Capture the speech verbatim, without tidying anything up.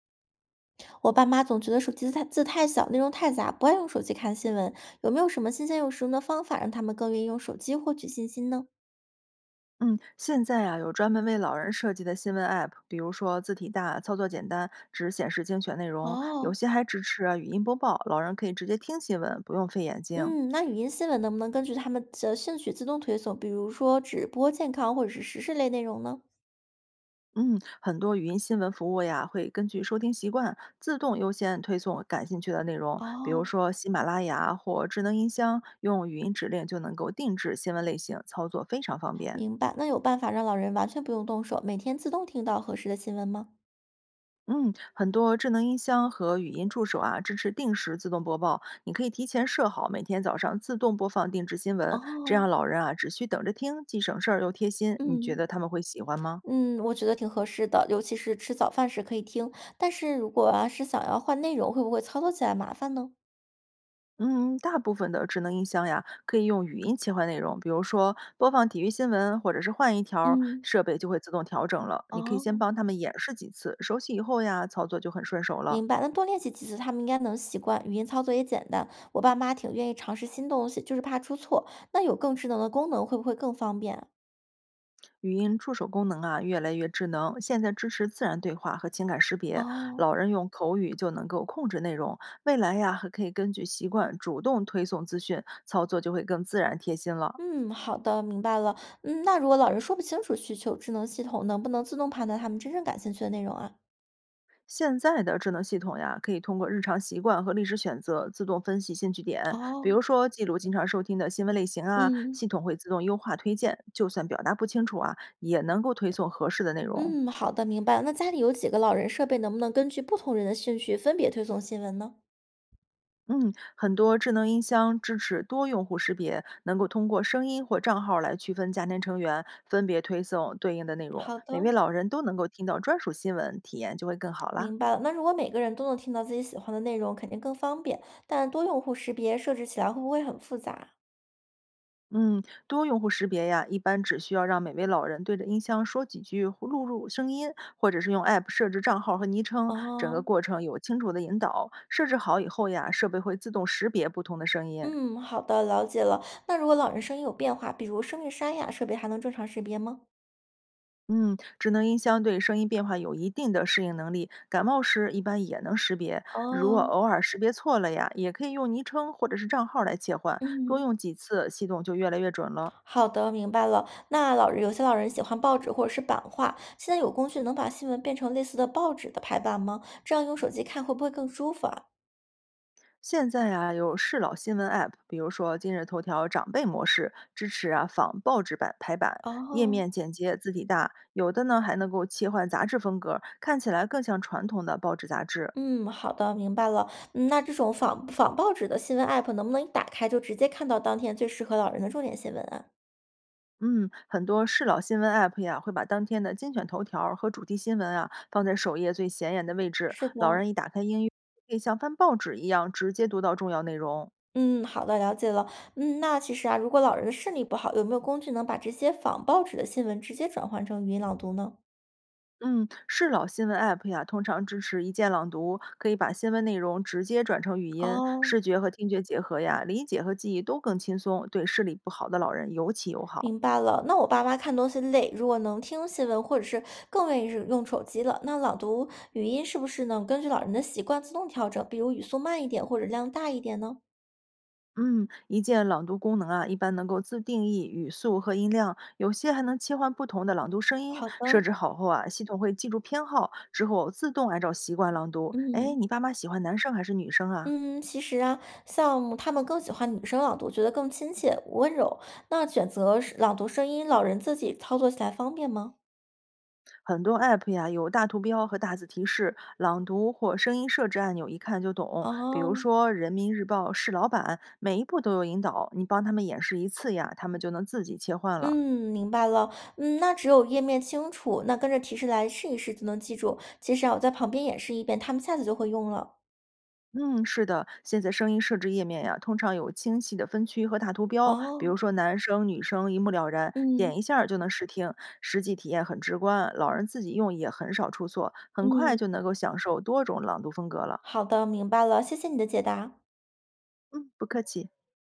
我爸妈总觉得手机字太字太小，内容太杂，不爱用手机看新闻。有没有什么新鲜又实用的方法，让他们更愿意用手机获取信息呢？嗯，现在呀、有专门为老人设计的新闻 App，比如说字体大、操作简单，只显示精选内容，哦，有些还支持啊语音播报，老人可以直接听新闻，不用费眼睛。嗯，那语音新闻能不能根据他们的兴趣自动推送，比如说直播健康或者是时事类内容呢？嗯，很多语音新闻服务呀，会根据收听习惯自动优先推送感兴趣的内容，比如哦，说喜马拉雅或智能音箱，用语音指令就能够定制新闻类型，操作非常方便。明白。那有办法让老人完全不用动手，每天自动听到合适的新闻吗？嗯，很多智能音箱和语音助手啊，支持定时自动播报。你可以提前设好，每天早上自动播放定制新闻，这样哦，老人啊只需等着听，既省事儿又贴心。你觉嗯得他们会喜欢吗？嗯，我觉得挺合适的，尤其是吃早饭时可以听。但是如果要、是想要换内容，会不会操作起来麻烦呢？嗯，大部分的智能音箱呀，可以用语音切换内容，比如说播放体育新闻，或者是换一条儿，嗯。设备就会自动调整了。你可以先哦，帮他们演示几次，熟悉以后呀，操作就很顺手了。明白，那多练习几次，他们应该能习惯。语音操作也简单，我爸妈挺愿意尝试新东西，就是怕出错。那有更智能的功能，会不会更方便啊？语音助手功能啊越来越智能，现在支持自然对话和情感识别，哦，老人用口语就能够控制内容。未来呀，还可以根据习惯主动推送资讯，操作就会更自然贴心了。嗯，好的，明白了。嗯，那如果老人说不清楚需求，智能系统能不能自动判断他们真正感兴趣的内容啊？现在的智能系统呀，可以通过日常习惯和历史选择自动分析兴趣点，比哦，如说记录经常收听的新闻类型啊，嗯系统会自动优化推荐，就算表达不清楚啊，也能够推送合适的内容。嗯，好的，明白了。那家里有几个老人，设备能不能根据不同人的兴趣分别推送新闻呢？嗯，很多智能音箱支持多用户识别，能够通过声音或账号来区分家庭成员，分别推送对应的内容。好每位的。老人都能够听到专属新闻，体验就会更好啦。明白了，那如果每个人都能听到自己喜欢的内容，肯定更方便。但多用户识别设置起来会不会很复杂？嗯，多用户识别呀，一般只需要让每位老人对着音箱说几句，或录入声音，或者是用 App 设置账号和昵称，整个哦，过程有清楚的引导。设置好以后呀，设备会自动识别不同的声音。嗯，好的，了解了。那如果老人声音有变化，比如声音沙哑，设备还能正常识别吗？嗯，智能音箱对声音变化有一定的适应能力，感冒时一般也能识别。如果哦，偶尔识别错了呀，也可以用昵称或者是账号来切换，多嗯，用几次，系统就越来越准了。好的，明白了。那老人有些老人喜欢报纸或者是版画，现在有工具能把新闻变成类似的报纸的排版吗？这样用手机看会不会更舒服啊？现在啊，有适老新闻 App，比如说今日头条长辈模式，支持啊仿报纸版排版，页哦，面简洁，字体大，有的呢还能够切换杂志风格，看起来更像传统的报纸杂志。嗯，好的，明白了。嗯，那这种仿仿报纸的新闻 app 能不能一打开就直接看到当天最适合老人的重点新闻啊？嗯，很多适老新闻 App 呀，会把当天的精选头条儿和主题新闻啊放在首页最显眼的位置，是老的，人一打开音乐，可以像翻报纸一样直接读到重要内容。嗯，好的，了解了。嗯，那其实啊，如果老人的视力不好，有没有工具能把这些仿报纸的新闻直接转换成语音朗读呢？嗯，适老新闻 App 呀，通常支持一键朗读，可以把新闻内容直接转成语音，哦，视觉和听觉结合呀，理解和记忆都更轻松，对视力不好的老人尤其友好。明白了。那我爸妈看东西累，如果能听新闻，或者是更愿意是用手机了，那朗读语音是不是能根据老人的习惯自动调整，比如语速慢一点或者量大一点呢？嗯，一键朗读功能啊，一般能够自定义语速和音量，有些还能切换不同的朗读声音。好设的，置好后啊，系统会记住偏好，之后自动按照习惯朗读。哎，嗯。你爸妈喜欢男生还是女生啊？嗯，其实啊，像他们更喜欢女生朗读，觉得更亲切、温柔。那选择是朗读声音，老人自己操作起来方便吗？很多 app 呀有大图标和大字提示，朗读或声音设置按钮一看就懂。比如哦，说《人民日报》是老板，每一步都有引导，你帮他们演示一次呀，他们就能自己切换了。嗯，明白了。嗯，那只有页面清楚，那跟着提示来试一试就能记住。其实啊，我在旁边演示一遍，他们下次就会用了。嗯，是的，现在声音设置页面呀，通常有清晰的分区和大图标，比哦，如说男生、女生一目了然，点嗯一下儿就能试听，实际体验很直观，老人自己用也很少出错，很快嗯，就能够享受多种朗读风格了。好的，明白了，谢谢你的解答。嗯，不客气。